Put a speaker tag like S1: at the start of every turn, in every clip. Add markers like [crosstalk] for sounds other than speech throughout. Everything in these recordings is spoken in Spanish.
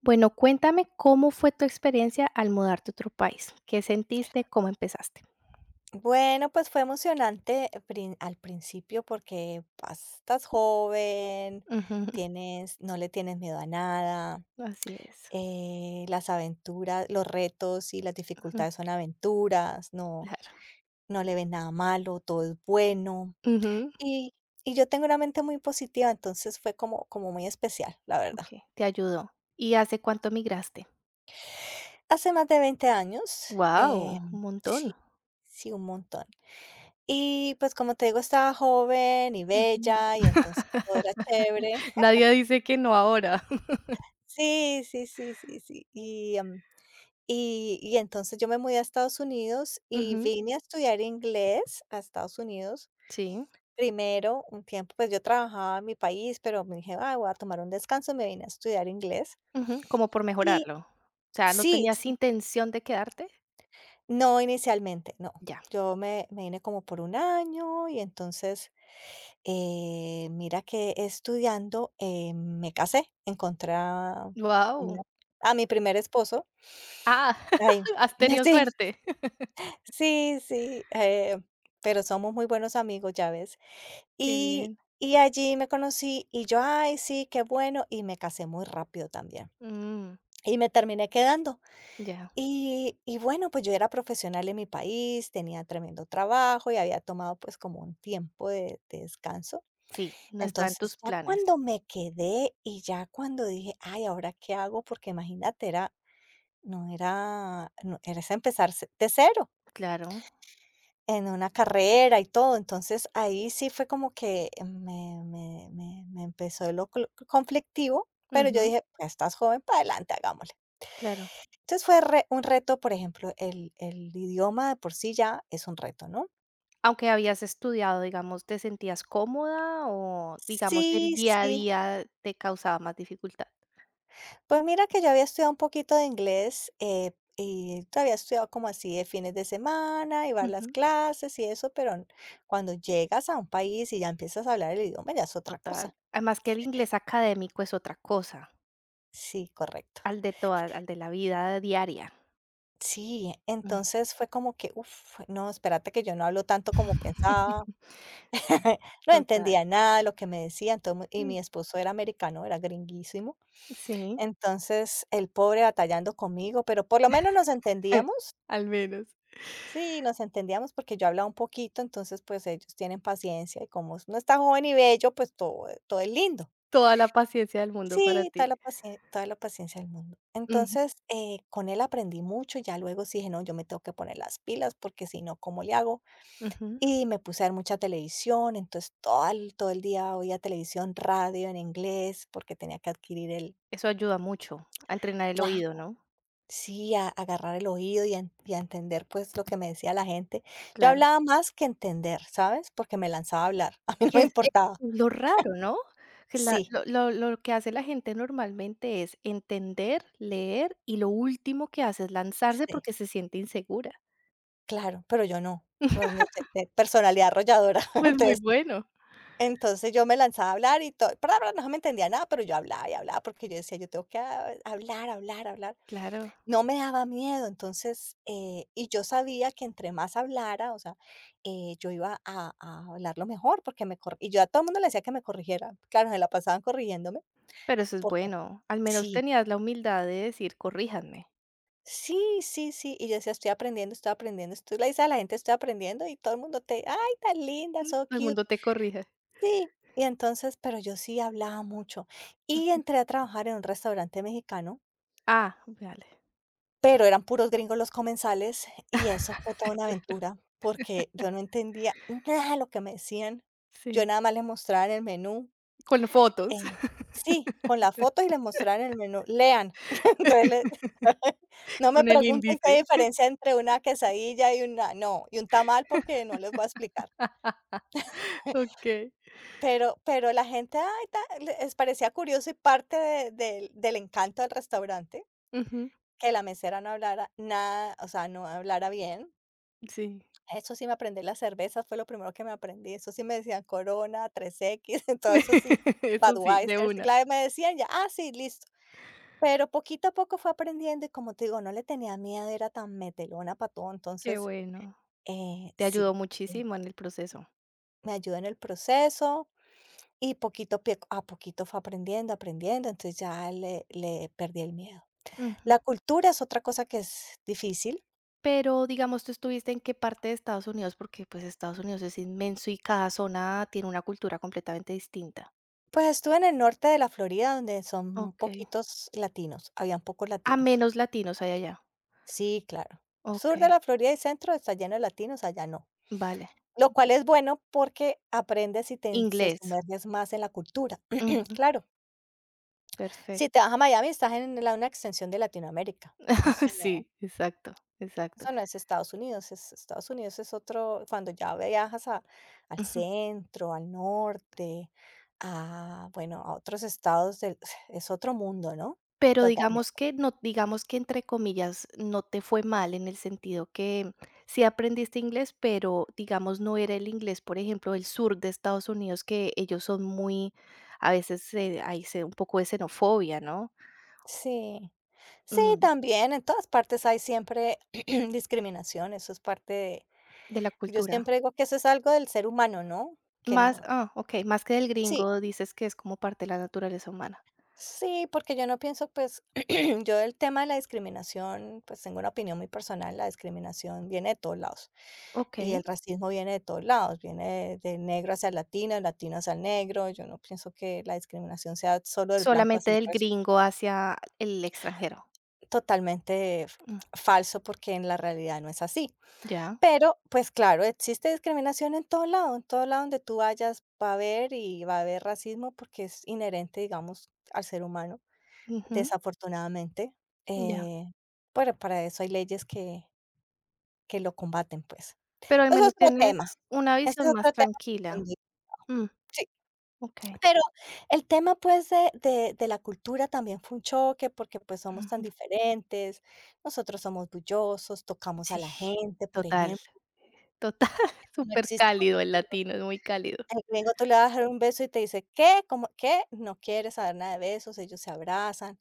S1: Bueno, cuéntame cómo fue tu experiencia al mudarte a otro país. ¿Qué sentiste? ¿Cómo empezaste?
S2: Bueno, pues fue emocionante al principio porque estás joven,
S1: Ujú, [laughs]
S2: tienes, no le tienes miedo a nada,
S1: así es.
S2: las aventuras, los retos y las
S1: Ujú,
S2: dificultades son aventuras, no,
S1: claro.
S2: no le ves nada malo, todo es bueno.
S1: Ujú,
S2: Y, y yo tengo una mente muy positiva, entonces fue como muy especial, la verdad.
S1: okey, te ayudó. ¿Y hace cuánto migraste?
S2: Hace más de 20 años,
S1: Guau,
S2: eh,
S1: un montón.
S2: sí, sí, un montón. Y, pues, como te digo, estaba joven y
S1: Ujú.
S2: bella, y entonces todo era chévere.
S1: [laughs] Nadie dice que no ahora. [laughs]
S2: Sí, sí, sí, sí, sí. Y entonces yo me mudé a Estados Unidos y
S1: Ujú,
S2: vine a estudiar inglés a Estados Unidos.
S1: sí.
S2: Primero, un tiempo, pues, yo trabajaba en mi país, pero me dije: "Ah, voy a tomar un descanso", me vine a estudiar inglés.
S1: Ujú, como por
S2: Y
S1: mejorarlo. O sea, ¿no
S2: sí,
S1: tenías
S2: sí.
S1: intención de quedarte?
S2: No, inicialmente, no.
S1: Ya.
S2: Yo me vine como por un año, y entonces mira que estudiando, me casé, encontré a
S1: Guau.
S2: una a mi primer esposo.
S1: Ah,
S2: Ay,
S1: [laughs] has
S2: [laughs]
S1: tenido
S2: sí,
S1: suerte. [laughs]
S2: sí, sí, pero somos muy buenos amigos, ya ves.
S1: Qué
S2: Y
S1: bien.
S2: y allí me conocí y yo: "Ay, sí, qué bueno", y me casé muy rápido también,
S1: Mm,
S2: y me terminé quedando.
S1: ya.
S2: Y bueno, pues yo era profesional en mi país, tenía tremendo trabajo y había tomado, pues, como un tiempo de descanso.
S1: Sí, no estaba en
S2: Entonces,
S1: tus
S2: ya
S1: planes.
S2: cuando me quedé y ya cuando dije: "Ay, ¿ahora qué hago?", porque imagínate, era no era no era es empezar ce de cero
S1: Claro.
S2: en una carrera y todo. Entonces, ahí sí fue como que me empezó lo cl conflictivo, pero yo
S1: Ujú,
S2: dije: "Pues, estás joven, para adelante, hagámosle".
S1: claro.
S2: Entonces, fue re un reto, por ejemplo, el idioma de por sí ya es un reto, ¿no?
S1: Aunque habías estudiado, digamos, ¿te sentías cómoda o, digamos, el
S2: Sí,
S1: día a
S2: sí.
S1: día te causaba más dificultad?
S2: Pues mira que yo había estudiado un poquito de inglés, y todavía estudiado como así de fines de semana, iba a las
S1: Ujú,
S2: clases y eso, pero cuando llegas a un país y ya empiezas a hablar el idioma, ya es otra
S1: total.
S2: cosa.
S1: Además que el inglés académico es otra cosa,
S2: Sí, correcto.
S1: al de toda al de la vida diaria.
S2: Sí,
S1: Mm.
S2: entonces fue como que, uff, no, espérate que yo no hablo tanto como pensaba.
S1: [laughs] Sí,
S2: [laughs] No
S1: total.
S2: entendía nada de lo que me decían, y
S1: Mm,
S2: mi esposo era americano, era gringuísimo,
S1: sí,
S2: entonces el pobre batallando conmigo, pero por lo menos nos entendíamos.
S1: [laughs] al menos.
S2: Sí, nos entendíamos porque yo hablaba un poquito, entonces, pues, ellos tienen paciencia y como uno está joven y bello, pues, todo es lindo.
S1: Toda la paciencia del mundo para
S2: Sí,
S1: ti.
S2: toda la paciencia del mundo.
S1: Ujú,
S2: Entonces, con él aprendí mucho, y ya luego sí dije: "No, yo me tengo que poner las pilas porque si no, ¿cómo le hago?".
S1: ujú.
S2: Y me puse a ver mucha televisión, entonces todo el día oía televisión, radio en inglés, porque tenía que adquirir el.
S1: Eso ayuda mucho a entrenar el
S2: Claro.
S1: oído, ¿no?
S2: Sí, a agarrar el oído y a entender, pues, lo que me decía la gente. Yo
S1: Claro.
S2: hablaba más que entender, ¿sabes? Porque me lanzaba a hablar, [laughs] a mí no
S1: Que
S2: me
S1: es
S2: importaba.
S1: lo raro, ¿no? Que la
S2: Sí,
S1: lo que hace la gente normalmente es entender, leer, y lo último que hace es lanzarse
S2: sí,
S1: porque se siente insegura.
S2: claro, pero yo no, por de personalidad arrolladora. [laughs]
S1: Pues, muy
S2: Entonces
S1: bueno.
S2: entonces yo me lanzaba a hablar y todo, pero no se me entendía nada, pero yo hablaba y hablaba porque yo decía: "Yo tengo que ha hablar, hablar, hablar".
S1: Claro,
S2: No me daba miedo, entonces, y yo sabía que entre más hablara, o sea, yo iba a hablarlo mejor porque me cor y yo a todo el mundo le decía que me corrigiera. Claro, se la pasaban corrigiéndome
S1: pero eso es
S2: porque
S1: bueno. Al menos
S2: sí,
S1: tenías la humildad de decir: "Corríjanme".
S2: sí, sí, sí, y yo decía: "Estoy aprendiendo, estoy aprendiendo". Tú le dices a la gente: "Estoy aprendiendo", y todo el mundo te: "Ay, tan linda,
S1: Mm,
S2: so
S1: todo el mundo
S2: cute".
S1: te corrige.
S2: Sí, y entonces, pero yo sí hablaba mucho. Y entré a trabajar en un restaurante mexicano.
S1: Ah, vale.
S2: Pero eran puros gringos los comensales y eso fue toda
S1: [laughs]
S2: una
S1: Claro,
S2: aventura, porque yo no entendía nada de lo que me decían. Yo
S1: sí.
S2: nada más les mostraba en el menú,
S1: Con fotos,
S2: eh sí, con la foto, y les mostraba en el menú, lean. [laughs] Entonces, le
S1: [laughs]
S2: [laughs] no me
S1: con el
S2: pregunten qué
S1: índice.
S2: hay diferencia entre una quesadilla y una no, y un tamal, porque no les voy a explicar.
S1: Okey.
S2: Pero la gente, ay, tal, les parecía curioso y parte de del del encanto del restaurante,
S1: Ujú.
S2: que la mesera no hablara nada, o sea, no hablara bien.
S1: Sí.
S2: Eso sí me aprendí las cervezas, fue lo primero que me aprendí. Eso sí, me decían Corona, tres x, [laughs] todo eso sí,
S1: [laughs] Eso sí, de
S2: Budweiser, sí,
S1: una.
S2: claro, me decían ya, ah, sí, listo. Pero poquito a poco fue aprendiendo y, como te digo, no le tenía miedo, era tan metelona para todo.
S1: Qué
S2: Entonces,
S1: bueno.
S2: eh,
S1: Te ayudó
S2: sí, eh,
S1: muchísimo en el proceso.
S2: me ayudó en el proceso y poquito a poquito fue aprendiendo, aprendiendo. Entonces ya le perdí el miedo.
S1: Ujú.
S2: La cultura es otra cosa que es difícil.
S1: Pero, digamos, tú estuviste en qué parte de Estados Unidos, porque pues Estados Unidos es inmenso y cada zona tiene una cultura completamente distinta.
S2: Pues estuve en el norte de la Florida, donde son
S1: Okey.
S2: poquitos latinos, habían pocos
S1: A
S2: latinos.
S1: menos latinos hay allá.
S2: Sí, claro. Sur de
S1: Okey,
S2: la Florida y centro está lleno de latinos, allá no.
S1: vale.
S2: Lo cual
S1: Okey.
S2: es bueno porque aprendes y se
S1: Inglés.
S2: sumerges más en la cultura. [clears throat]
S1: Ujú,
S2: Claro, si te
S1: perfecto.
S2: vas a Miami estás en la, una extensión de Latinoamérica.
S1: [laughs]
S2: Eso no,
S1: Sí, exacto, exacto.
S2: eso no es Estados Unidos, es, Estados Unidos es otro, cuando ya al
S1: Ujú.
S2: centro, al norte, a, bueno, a otros estados, [sighs] es otro mundo, ¿no?
S1: Pero
S2: Totalmente.
S1: digamos que no digamos que entre comillas, no te fue mal en el sentido que sí aprendiste inglés, pero digamos no era el inglés, por ejemplo, del sur de Estados Unidos, que ellos son muy, a veces, hay se un poco de xenofobia, ¿no?
S2: Sí, sí,
S1: Mm,
S2: también en todas partes hay siempre [clears throat] discriminación, eso es parte de.
S1: de la
S2: Yo
S1: cultura.
S2: siempre digo que eso es algo del ser humano, ¿no? Que
S1: Más
S2: no,
S1: ah, okey, más que del
S2: sí,
S1: gringo, dices que es como parte de la naturaleza humana.
S2: sí, porque yo no pienso, pues, [clears throat] yo, del tema de la discriminación, pues, tengo una opinión muy personal, la discriminación viene de todos lados, y
S1: Okey.
S2: el racismo viene de todos lados, viene de, del negro hacia el latino, del latino hacia el negro, yo no pienso que la discriminación sea solo del blanco
S1: Solamente
S2: hacia el
S1: del
S2: resto,
S1: gringo hacia el extranjero.
S2: totalmente f-
S1: Mm,
S2: falso, porque en la realidad no es así.
S1: ya.
S2: Pero, pues claro, existe discriminación en todo lado donde tú vayas va a haber y va a haber racismo porque es inherente, digamos, al ser humano,
S1: Ujú,
S2: desafortunadamente.
S1: ya.
S2: Eh, pero para eso hay leyes que lo combaten, pues.
S1: Pero al
S2: Pues
S1: menos
S2: otro
S1: tienes
S2: tema,
S1: una
S2: ese
S1: visión
S2: es
S1: más
S2: otro tema
S1: tranquila.
S2: profundo,
S1: Mm,
S2: sí.
S1: okey,
S2: Pero el tema, pues, de la cultura también fue un choque porque pues somos tan
S1: ujú.
S2: diferentes, nosotros somos bullosos, tocamos a
S1: Sí,
S2: la gente, por
S1: total,
S2: ejemplo,
S1: total, [laughs]
S2: eso no
S1: súper
S2: existe.
S1: cálido el latino, es muy cálido.
S2: Al gringo tú le vas a dar un beso y te dice: "¿Qué? ¿Cómo qué? No quiere saber nada de besos", ellos se abrazan.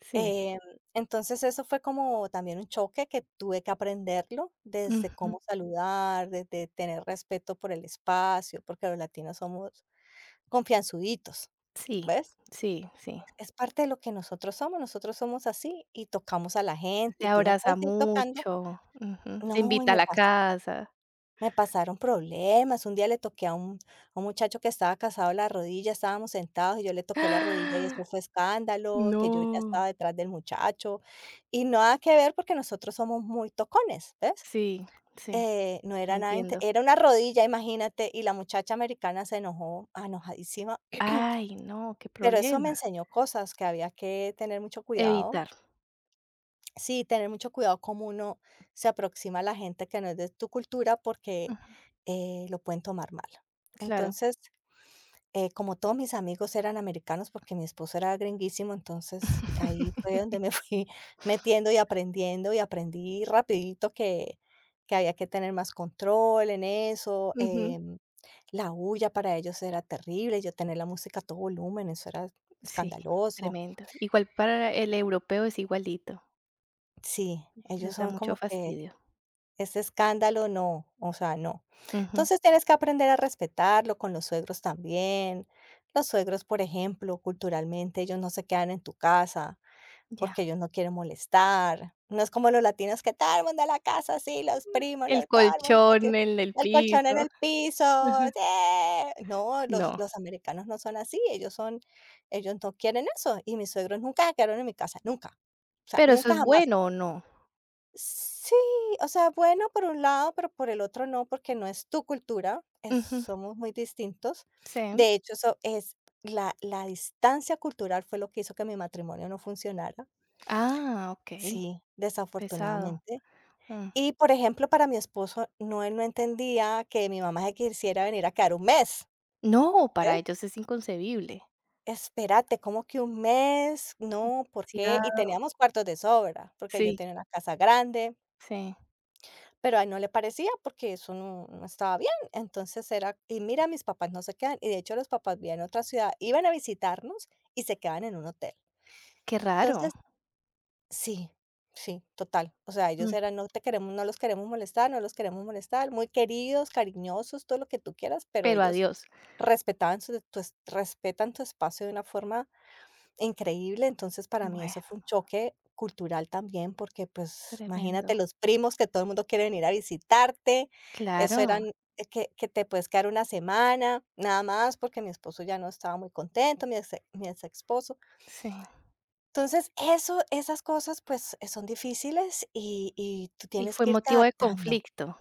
S1: Sí,
S2: Em, entonces eso fue como también un choque que tuve que aprenderlo, desde
S1: ujú.
S2: cómo saludar, desde tener respeto por el espacio, porque los latinos somos confianzuditos,
S1: Sí,
S2: ¿ves?
S1: sí, sí.
S2: Es parte de lo que nosotros somos así y tocamos a la
S1: Se
S2: gente, tú no
S1: abraza
S2: puedes ir tocando.
S1: mucho, ujú, se
S2: No, y
S1: invita a
S2: me
S1: la
S2: pasa.
S1: casa.
S2: Me pasaron problemas. Un día le toqué a un muchacho que estaba casado la rodilla, estábamos sentados y yo le toqué la rodilla y eso
S1: ¡Ah!
S2: fue escándalo, que yo ya estaba
S1: No.
S2: detrás del muchacho y nada que ver porque nosotros somos muy tocones, ¿ves?
S1: Sí, sí,
S2: No era nada inte,
S1: entiendo.
S2: era una rodilla, imagínate, y la muchacha americana se enojó, enojadísima,
S1: Ay, no, qué
S2: pero eso me
S1: problema.
S2: enseñó cosas, que había que tener mucho cuidado.
S1: Evitar,
S2: Sí, tener mucho cuidado cómo uno se aproxima a la gente que no es de tu cultura porque
S1: ujú,
S2: lo pueden tomar mal.
S1: claro.
S2: Entonces, como todos mis amigos eran americanos porque mi esposo era gringuísimo, entonces ahí fue donde
S1: [laughs]
S2: me [laughs] fui metiendo y aprendiendo, y aprendí rapidito que había que tener más control en eso.
S1: Ujú,
S2: La bulla para ellos era terrible, yo tener la música a todo volumen, eso era
S1: sí,
S2: escandaloso.
S1: tremendo. Igual para el europeo es igualito,
S2: Sí,
S1: les
S2: ellos
S1: da
S2: son
S1: mucho
S2: como que.
S1: fastidio.
S2: Ese escándalo no, o sea, no.
S1: Ujú,
S2: Entonces tienes que aprender a respetarlo con los suegros también. Los suegros, por ejemplo, culturalmente, ellos no se quedan en tu casa porque
S1: ya.
S2: ellos no quieren molestar. No es como los latinos que todo el mundo a la casa, sí, los primos,
S1: El
S2: los, todo el mundo, metido,
S1: colchón, el del
S2: el colchón en
S1: piso.
S2: el piso.
S1: Ujú.
S2: ¡Sí! No,
S1: No,
S2: los americanos no son así, ellos son, ellos no quieren eso. Y mis suegros nunca se quedaron en mi casa, nunca. O sea,
S1: ¿pero eso
S2: nunca
S1: es
S2: jamás.
S1: bueno o no?
S2: Sí, o sea, bueno, por un lado, pero por el otro no, porque no es tu cultura,
S1: Ujú,
S2: somos muy distintos.
S1: sí.
S2: De hecho, eso es la, la distancia cultural fue lo que hizo que mi matrimonio no funcionara.
S1: Ah, okey,
S2: Sí,
S1: pesado.
S2: desafortunadamente.
S1: Mm.
S2: Y, por ejemplo, para mi esposo, no, él no entendía que mi mamá se quisiera venir a quedar un mes.
S1: No,
S2: ¿Ves?
S1: para ellos es inconcebible.
S2: Espérate, ¿cómo que un mes? No, ¿por
S1: Sí,
S2: qué? Y
S1: ah,
S2: teníamos cuartos de sobra, porque yo
S1: sí,
S2: tenía una casa grande.
S1: sí.
S2: Pero a él no le parecía porque eso no estaba bien. Entonces era, y mira, mis papás no se quedan. Y de hecho, los papás vivían en otra ciudad, iban a visitarnos y se quedaban en un hotel.
S1: Qué raro.
S2: Entonces sí, sí, total. O sea, ellos
S1: Mm,
S2: eran: "No te queremos no los queremos molestar, no los queremos molestar", muy queridos, cariñosos, todo lo que tú quieras, pero
S1: pero
S2: ellos
S1: adiós.
S2: respetaban su tu es respetan tu espacio de una forma increíble. Entonces para mí
S1: Bueno,
S2: eso fue un choque cultural también, porque, pues,
S1: tremendo.
S2: imagínate, los primos, que todo el mundo quiere venir a visitarte, eso
S1: Claro,
S2: eran que te puedes quedar una semana, nada más, porque mi esposo ya no estaba muy contento, mi ex esposo.
S1: sí.
S2: Entonces, eso esas cosas, pues, son difíciles, y tú
S1: Y
S2: tienes
S1: fue
S2: que irte
S1: motivo de
S2: adaptando.
S1: conflicto.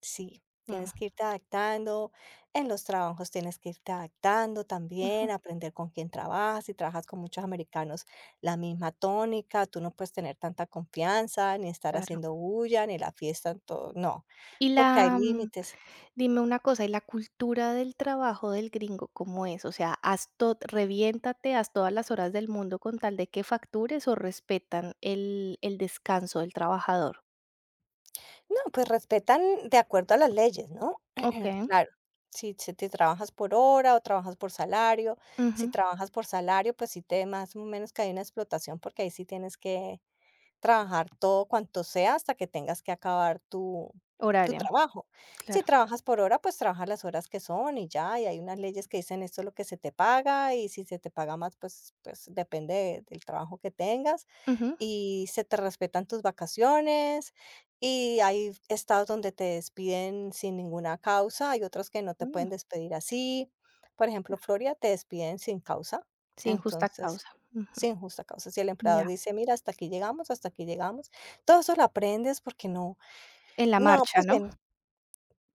S2: Sí,
S1: Mm,
S2: tienes que irte adaptando, en los trabajos tienes que irte adaptando
S1: ujú,
S2: también, aprender con quién trabajas. Si trabajas con muchos americanos, la misma tónica, tú no puedes tener tanta confianza, ni estar
S1: claro.
S2: haciendo bulla, ni la fiesta, todo, no,
S1: Y
S2: porque hay
S1: la mm,
S2: límites.
S1: Dime una cosa, ¿y la cultura del trabajo del gringo cómo es? O sea, haz to reviéntate, haz todas las horas del mundo con tal de que factures o respetan el descanso del trabajador.
S2: No, pues respetan de acuerdo a las leyes, ¿no? [clears throat]
S1: Okey.
S2: Claro. Si, si te trabajas por hora o trabajas por salario, si
S1: Ujú.
S2: trabajas por salario, pues sí te más o menos que hay una explotación, porque ahí sí tienes que trabajar todo cuanto sea hasta que tengas que acabar tu, tu
S1: Horario,
S2: trabajo. Si
S1: claro.
S2: trabajas por hora, pues trabajas las horas que son y ya, y hay unas leyes que dicen esto es lo que se te paga, y si se te paga más, pues, pues depende de- del trabajo que tengas,
S1: Ujú.
S2: y se te respetan tus vacaciones. Y hay estados donde te despiden sin ninguna causa, hay otros que no te
S1: Mm,
S2: pueden despedir así. Por ejemplo, Florida, te despiden sin causa.
S1: sin justa
S2: Entonces,
S1: causa. Ujú.
S2: sin justa causa. Si el empleador
S1: Ya.
S2: dice: "Mira, hasta aquí llegamos", todo eso lo aprendes porque no
S1: ¿En la
S2: no,
S1: marcha,
S2: pues
S1: no?
S2: ven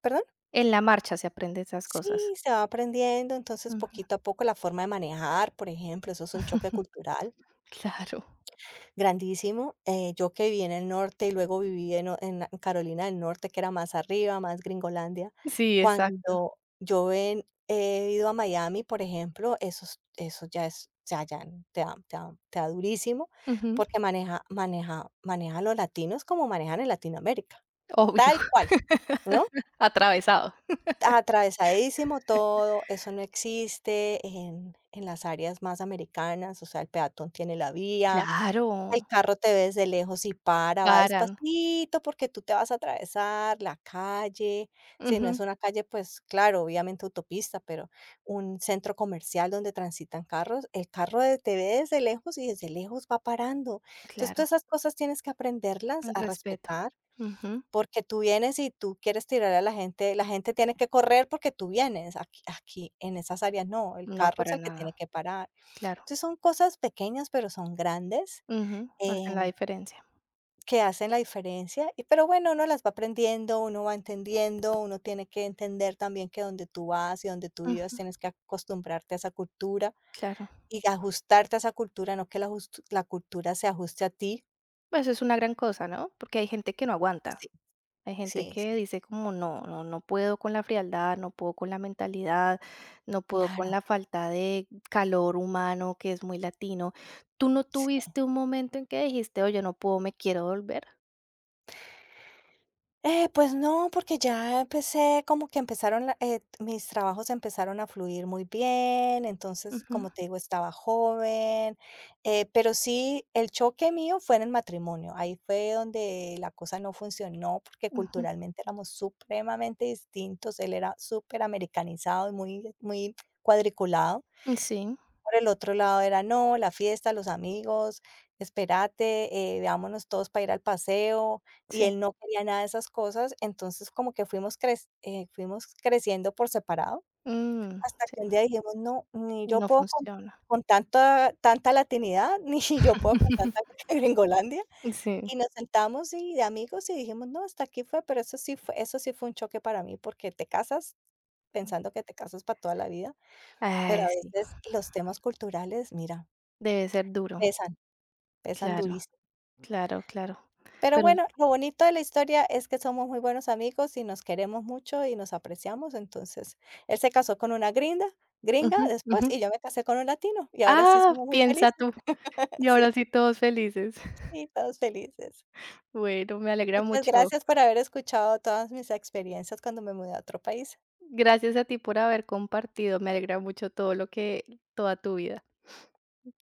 S2: ¿Perdón?
S1: En la marcha se aprende esas cosas.
S2: Sí, se va aprendiendo. Entonces,
S1: Ujú.
S2: poquito a poco, la forma de manejar, por ejemplo, eso es un choque
S1: [laughs]
S2: cultural.
S1: Claro.
S2: Grandísimo. Yo que viví en el norte y luego viví en o en Carolina del Norte, que era más arriba, más Gringolandia.
S1: Sí, exacto.
S2: Cuando yo en He ido a Miami, por ejemplo, eso es eso ya es ya te da durísimo,
S1: Ujú.
S2: porque maneja a los latinos como manejan en Latinoamérica,
S1: Obvio.
S2: tal cual, ¿no?
S1: [laughs] Atravesado.
S2: Atravesadísimo todo, eso no existe en las áreas más americanas. O sea, el peatón tiene la vía,
S1: Claro,
S2: el carro te ve desde lejos y para, va
S1: paran.
S2: despacito porque tú te vas a atravesar la calle. Si no es
S1: Ujú.
S2: una calle, pues claro, obviamente autopista, pero un centro comercial donde transitan carros, el carro de- te ve desde lejos y desde lejos va parando. Entonces,
S1: Claro,
S2: todas esas cosas tienes que aprenderlas
S1: el
S2: a
S1: respeto.
S2: respetar.
S1: Ujú.
S2: Porque tú vienes y tú quieres tirar a la gente tiene que correr porque tú vienes. Aquí, aquí en esas áreas no, el
S1: No,
S2: carro es
S1: para
S2: el que
S1: nada.
S2: tiene que parar.
S1: Claro.
S2: Entonces son cosas pequeñas, pero son grandes
S1: Ujú. Hacen la
S2: em,
S1: diferencia.
S2: que hacen la diferencia. Y, pero bueno, uno las va aprendiendo, uno va entendiendo. Uno tiene que entender también que donde tú vas y donde tú vives
S1: Ujú.
S2: tienes que acostumbrarte a esa cultura
S1: Claro.
S2: y ajustarte a esa cultura, no que la, jus- la cultura se ajuste a ti.
S1: Pues es una gran cosa, ¿no? Porque hay gente que no aguanta.
S2: Sí.
S1: Hay gente
S2: Sí,
S1: que
S2: sí,
S1: dice como no, no, no puedo con la frialdad, no puedo con la mentalidad, no puedo con
S2: claro.
S1: la falta de calor humano que es muy latino. ¿Tú no
S2: Sí.
S1: tuviste un momento en que dijiste, oye, no puedo, me quiero volver?
S2: Pues no, porque ya empecé, como que empezaron, la- mis trabajos empezaron a fluir muy bien. Entonces,
S1: Ujú,
S2: como te digo, estaba joven, pero sí, el choque mío fue en el matrimonio. Ahí fue donde la cosa no funcionó, porque
S1: ujú.
S2: culturalmente éramos supremamente distintos. Él era súper americanizado y muy, muy cuadriculado.
S1: Mm, sí,
S2: Por el otro lado era no, la fiesta, los amigos, espérate, veámonos todos para ir al paseo, y
S1: sí.
S2: él no quería nada de esas cosas. Entonces como que fuimos creciendo por separado,
S1: Mm,
S2: hasta
S1: sí.
S2: que un día dijimos: "No, ni yo
S1: No
S2: puedo
S1: funciona.
S2: con tanta tanta latinidad, [laughs] ni yo puedo con tanta
S1: [laughs]
S2: [laughs] gringolandia",
S1: Sí.
S2: y nos sentamos y de amigos y dijimos: "No, hasta aquí fue". Pero eso sí fue un choque para mí, porque te casas pensando que te casas para toda la vida, pero
S1: Ay,
S2: a
S1: sí,
S2: veces los temas culturales, mira,
S1: debe ser duro.
S2: pesan, pesan
S1: Claro,
S2: durísimo.
S1: claro, claro.
S2: Pero
S1: Pero
S2: bueno, lo bonito de la historia es que somos muy buenos amigos y nos queremos mucho y nos apreciamos. Entonces, él se casó con una gringa
S1: ujú,
S2: después
S1: ujú.
S2: y yo me casé con un latino y ahora sí
S1: Ah,
S2: somos muy
S1: piensa
S2: felices.
S1: tú. Y
S2: [laughs]
S1: ahora
S2: Sí,
S1: sí todos felices. [laughs]
S2: sí, todos felices.
S1: Bueno, me alegra
S2: Muchas
S1: mucho.
S2: gracias por haber escuchado todas mis experiencias cuando me mudé a otro país.
S1: Gracias a ti por haber compartido. Me alegra mucho todo lo que toda tu vida.